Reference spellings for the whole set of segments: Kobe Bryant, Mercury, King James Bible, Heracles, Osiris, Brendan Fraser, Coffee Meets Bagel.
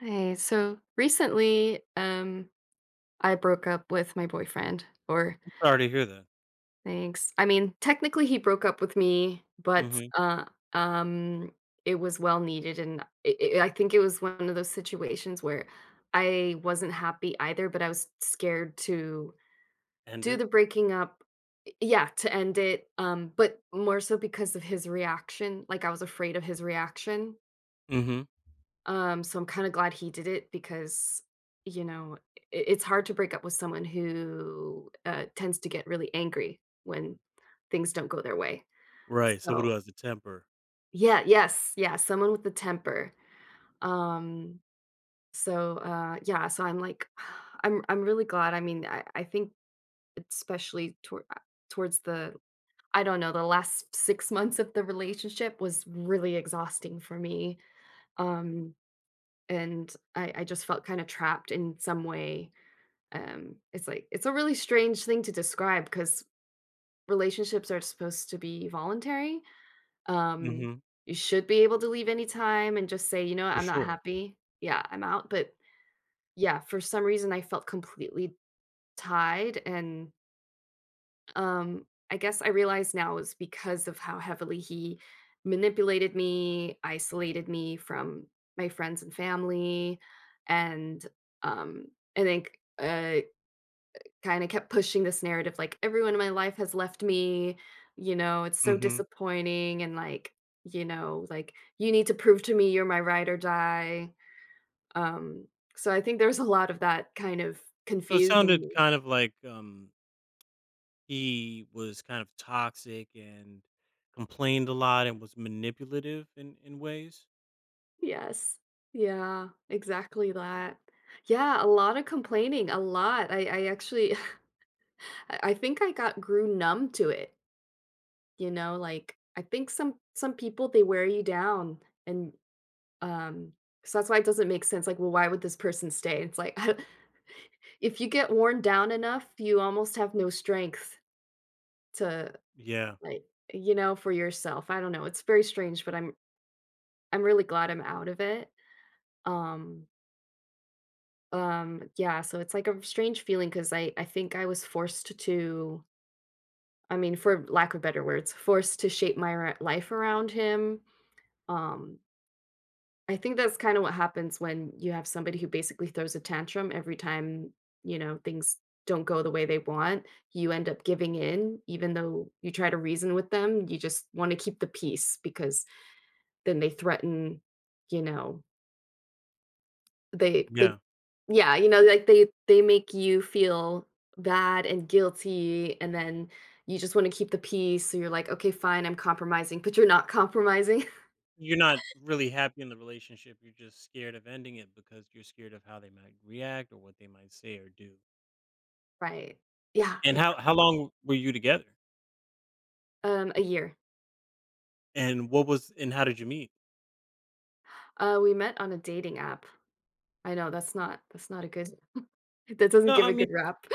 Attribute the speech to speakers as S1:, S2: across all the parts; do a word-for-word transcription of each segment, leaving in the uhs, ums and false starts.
S1: Hey, so recently, um, I broke up with my boyfriend, or
S2: Sorry to hear that.
S1: Thanks. I mean, technically he broke up with me, but
S2: Mhm.
S1: uh, um, it was well needed, and i i I think it was one of those situations where I wasn't happy either, but I was scared to do
S2: Ended.
S1: the breaking up. Yeah, to end it, um, but more so because of his reaction. Like, I was afraid of his reaction
S2: Mhm.
S1: Um, So I'm kinda glad he did it because, you know, I it's hard to break up with someone who, uh, tends to get really angry when things don't go their way.
S2: Right, someone
S1: So
S2: who has a temper.
S1: Yeah, yes, yeah, someone with a temper. Um, so, uh, yeah, so I'm like I'm I'm really glad, I mean, I I think especially towar uh, towards the I don't know, the last 6 months of the relationship was really exhausting for me. Um And I I just felt kinda trapped in some way. Um, it's like it's a really strange thing to describe because relationships are supposed to be voluntary. Um,
S2: Mhm.
S1: you should be able to leave anytime and just say, "You know what?
S2: For
S1: I'm not
S2: sure.
S1: happy. Yeah, I'm out." But yeah, for some reason, I felt completely tied, and, um I guess I realize now is because of how heavily he manipulated me, isolated me from my friends and family, and, um I think, uh kind of kept pushing this narrative, like, everyone in my life has left me. You know, it's so
S2: Mhm.
S1: disappointing. And, like, you know like you need to prove to me you're my ride or die. um so I think there's a lot of that kind of
S2: So it
S1: confusing
S2: sounded
S1: me.
S2: kind of like, um, he was kind of toxic and complained a lot and was manipulative in in ways?
S1: Yes. Yeah, exactly that. Yeah, a lot of complaining, a lot. I I actually I I think I got grew numb to it, you know, like I think some some people they wear you down. And, um so that's why it doesn't make sense, like, well, why would this person stay? It's like if you get worn down enough, you almost have no strength to,
S2: Yeah.
S1: like, you know for yourself. I don't know. It's very strange, but I'm I'm really glad I'm out of it. Um Um, yeah, so it's like a strange feeling because I I think I was forced to, I mean, for lack of better words, forced to shape my ri life around him. Um, I think that's kinda what happens when you have somebody who basically throws a tantrum every time, you know, things don't go the way they want. You end up giving in even though you try to reason with them, you just wanna keep the peace because then they threaten, you know, They they
S2: Yeah.
S1: Yeah, you know, like, they they make you feel bad and guilty, and then you just wanna keep the peace, so you're like, "Okay, fine, I'm compromising," but you're not compromising.
S2: You're not really happy in the relationship, you're just scared of ending it because you're scared of how they might react or what they might say or do.
S1: Right. Yeah,
S2: And how
S1: exac
S2: how long were you together?
S1: um, a year.
S2: And what was and how did you meet?
S1: Uh, we met on a dating app. I know, that's not that's not a good that doesn't
S2: No,
S1: give
S2: I
S1: a
S2: mean,
S1: good rap.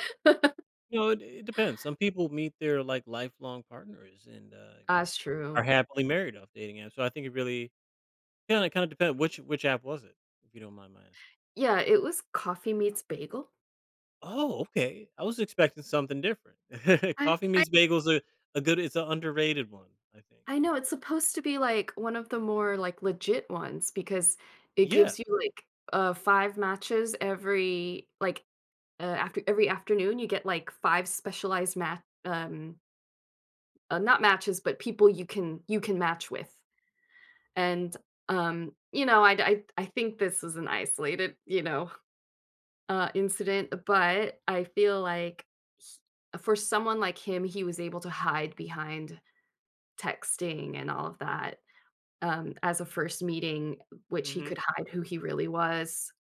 S2: no, it it depends. Some people meet their, like, lifelong partners and, uh,
S1: That's
S2: are
S1: true.
S2: happily married off dating apps, so I think it really kinda kinda depends, which which app was it? If you don't mind my asking.
S1: Yeah, it was Coffee Meets Bagel?
S2: Oh, okay. I was expecting something different. Coffee
S1: I
S2: Meets Bagels a a good it's an underrated one, I think.
S1: I know it's supposed to be like one of the more, like, legit ones because it
S2: Yeah,
S1: gives you, like, uh five matches every, like, uh, after every afternoon you get, like, five specialized match, um uh, not matches but people you can you can match with. And, um you know I I I think this was an isolated, you know uh incident, but I feel like he- for someone like him, he was able to hide behind texting and all of that. Um, as a first meeting, which he
S2: mhm.
S1: could hide who he really was,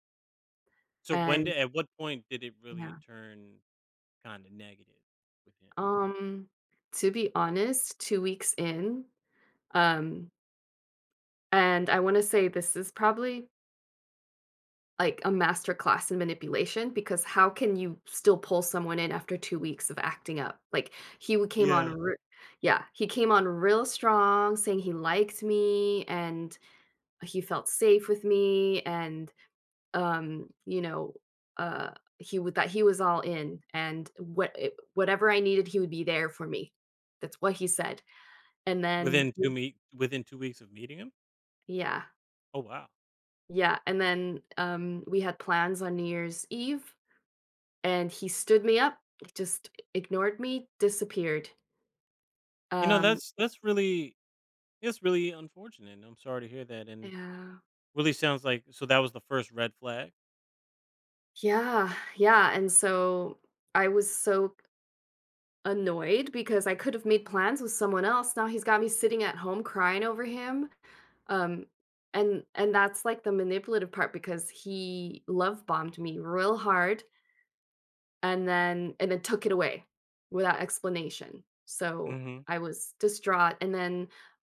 S2: So when
S1: and
S2: did at what point did it really
S1: yeah.
S2: turn kinda negative with him?
S1: Um, to be honest, 2 weeks in, um, and I wanna say this is probably, like, a master class in manipulation because how can you still pull someone in after 2 weeks of acting up? Like, he w came on
S2: Yeah.
S1: re yeah, he came on real strong saying he liked me and he felt safe with me and, um, you know, uh, he would that he was all in, and what it, whatever I needed, he would be there for me. That's what he said. And then,
S2: Within 2 me within two weeks of meeting him?
S1: yeah,
S2: Oh, wow.
S1: yeah. And then, um, we had plans on New Year's Eve, and he stood me up, just ignored me, disappeared.
S2: You know,
S1: Um,
S2: that's that's really, that's really unfortunate, and I'm sorry to hear that. And
S1: yeah,
S2: really sounds like, so that was the first red flag?
S1: yeah, yeah. And so I was so annoyed because I could have made plans with someone else. Now he's got me sitting at home crying over him Um, and and that's like the manipulative part because he love bombed me real hard, and then and then took it away without explanation. So
S2: Mhm.
S1: I was distraught. And then,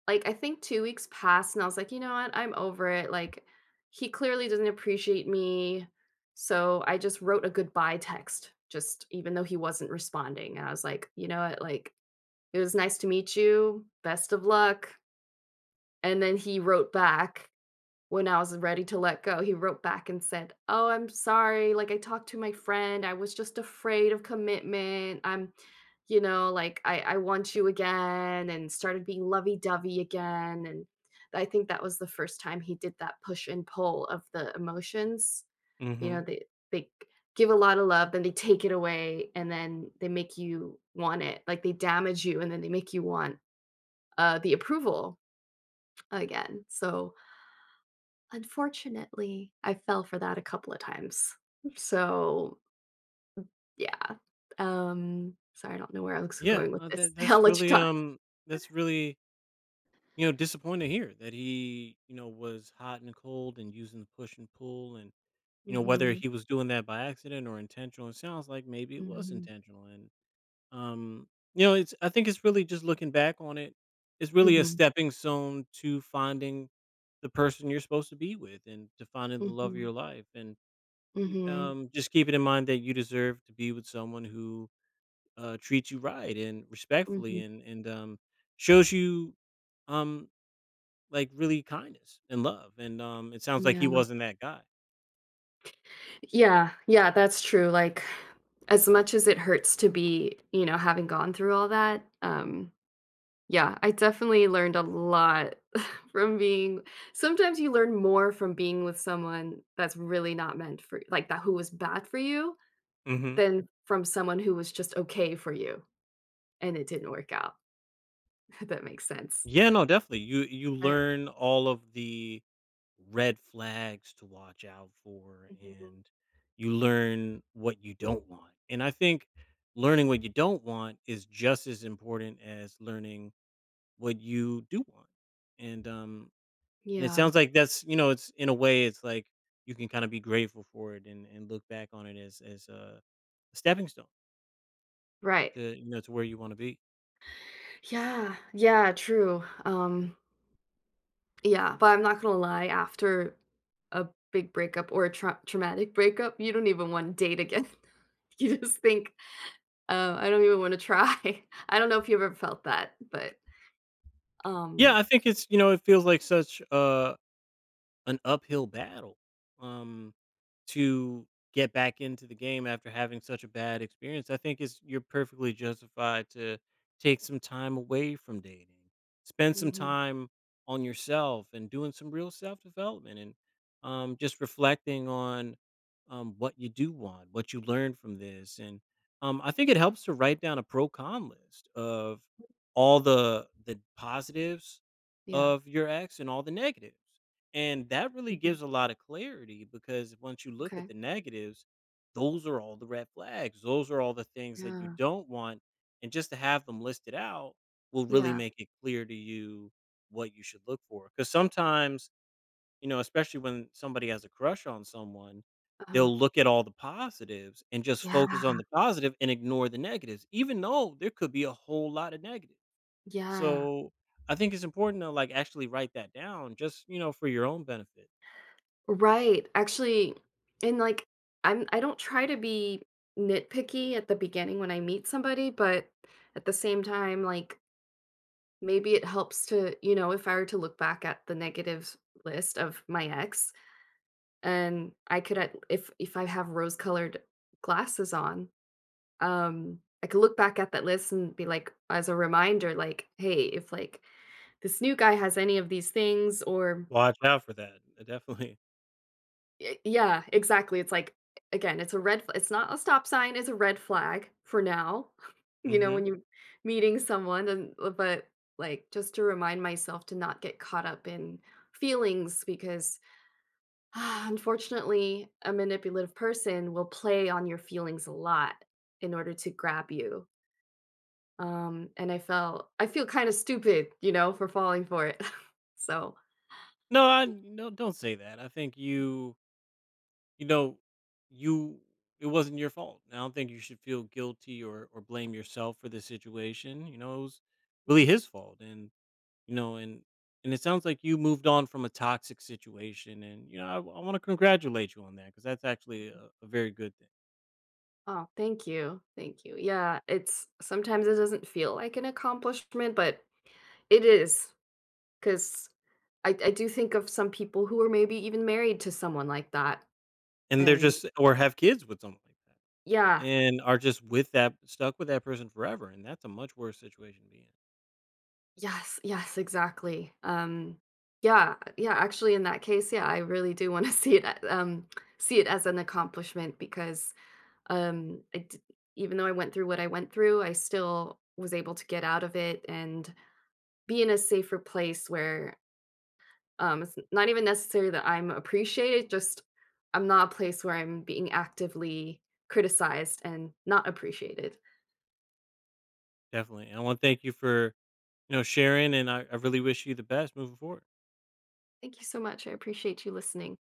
S1: like, I think two weeks passed and I was like, you know what, I'm over it. Like, he clearly doesn't appreciate me. So I just wrote a goodbye text, just even though he wasn't responding. And I was like, you know what, like, it was nice to meet you. Best of luck. And then he wrote back when I was ready to let go, he wrote back and said, "Oh, I'm sorry. Like, I talked to my friend. I was just afraid of commitment. I'm, you know, like, I, I want you again," and started being lovey dovey again. And I think that was the first time he did that push and pull of the emotions. You know,
S2: Mhm.
S1: they, they give a lot of love, then they take it away, and then they make you want it. Like, they damage you, and then they make you want, uh, the approval again. So, unfortunately, I fell for that a couple of times. So, yeah. Um, sorry, I don't know where I was
S2: Yeah,
S1: going with
S2: uh,
S1: this.
S2: that
S1: I'll
S2: that's
S1: let you
S2: really,
S1: talk.
S2: um that's really, you know, disappointing to hear that he, you know, was hot and cold and using the push and pull. And, you know, whether
S1: Mhm,
S2: he was doing that by accident or intentional, it sounds like maybe it was
S1: mhm,
S2: intentional. And, um, you know, it's I think it's really just looking back on it, it's really a
S1: mhm,
S2: stepping stone to finding the person you're supposed to be with and to finding the love of
S1: mhm,
S2: your life. And Y
S1: mhm,
S2: um, just keeping in mind that you deserve to be with someone who, uh, treats you right and respectfully,
S1: mhm,
S2: and and, um, shows you, um, like, really kindness and love. And, um, it sounds like he
S1: yeah.
S2: wasn't that guy.
S1: Yeah, yeah, that's true, like, as much as it hurts to be, you know, having gone through all that, um, yeah, I definitely learned a lot from being. Sometimes you learn more from being with someone that's really not meant for, like, that, who was bad for you.
S2: Mhm.
S1: Than from someone who was just okay for you, and it didn't work out, if that makes sense,
S2: Yeah, no, definitely. You you
S1: right?
S2: learn all of the red flags to watch out for,
S1: Mhm.
S2: and you learn what you don't want. And I think learning what you don't want is just as important as learning what you do want. And, um and it
S1: Yeah,
S2: sounds like that's, you know, it's in a way, it's like you can kind of be grateful for it and and look back on it as, as uh, a stepping stone
S1: right.
S2: to, you know, to where you want to be.
S1: Yeah, yeah, true, um, yeah, but I'm not gonna lie, after a big breakup or a trau traumatic breakup, you don't even wanna date again. You just think, "Oh, I don't even wanna try." I don't know if you've ever felt that, but,
S2: Yeah,
S1: um
S2: I think it's, you know, it feels like such uh an uphill battle, um, to get back into the game after having such a bad experience. I think, is, you're perfectly justified to take some time away from dating, spend some
S1: Mhm,
S2: time on yourself, and doing some real self development. And um, just reflecting on, um, what you do want, what you learned from this. And um, I think it helps to write down a pro con list of all the the positives
S1: yeah,
S2: of your ex and all the negatives, and that really
S1: mhm,
S2: gives a lot of clarity, because once you look at
S1: okay,
S2: the negatives, those are all the red flags. Those are all the things that you
S1: yeah,
S2: don't want. And just to have them listed out will really
S1: yeah,
S2: make it clear to you what you should look for. Because sometimes, you know, especially when somebody has a crush on someone,
S1: uh-huh,
S2: they'll look at all the positives and just focus
S1: yeah,
S2: on the positive and ignore the negatives, even though there could be a whole lot of negatives.
S1: yeah.
S2: So I think it's important to, like, actually write that down just, you know, for your own benefit.
S1: Right. Actually, and, like, I'm I don't try to be nitpicky at the beginning when I meet somebody, but at the same time, like, maybe it helps to, you know, if I were to look back at the negative list of my ex, and I could at if if I have rose-colored glasses on, um, I could look back at that list and be like, as a reminder, like, hey, if, like, this new guy has any of these things, or
S2: Watch out for that. Uh, definitely.
S1: Y yeah, exactly, it's like, again, it's a red fl it's not a stop sign, it's a red flag for now, you know,
S2: Mhm.
S1: when you're meeting someone and but, like, just to remind myself to not get caught up in feelings because, unfortunately, a manipulative person will play on your feelings a lot in order to grab you, um, and I felt I feel kinda stupid, you know, for falling for it. So
S2: No, I
S1: Oo.
S2: no, don't say that. I think
S1: Hmm.
S2: you you know, you, it wasn't your fault. And I don't think you should feel guilty or or blame yourself for the situation. You know, it was really
S1: Mhm.
S2: his fault. And, you know, and and it sounds like you moved on from a toxic situation. And, you know, I, I want to congratulate you on that, cuz that's actually a, a very good thing.
S1: Oh, thank you, thank you. Yeah, it's sometimes it doesn't feel like an accomplishment, but it is, because I I do think of some people who are maybe even married to someone like that,
S2: And they're
S1: and
S2: just, or have kids with someone like that,
S1: yeah.
S2: and are just with that stuck with that person forever, and that's a much worse situation to be in.
S1: Yes, yes, exactly. Um, yeah, yeah, actually in that case, yeah, I really do want to see it a- um see it as an accomplishment because um I d even though I went through what I went through, I still was able to get out of it and be in a safer place where um it's not even necessary that I'm appreciated, just I'm not a place where I'm being actively criticized and not appreciated.
S2: Definitely. And I want to thank you for, you know, sharing. And I, I really wish you the best moving forward.
S1: Thank you so much. I appreciate you listening.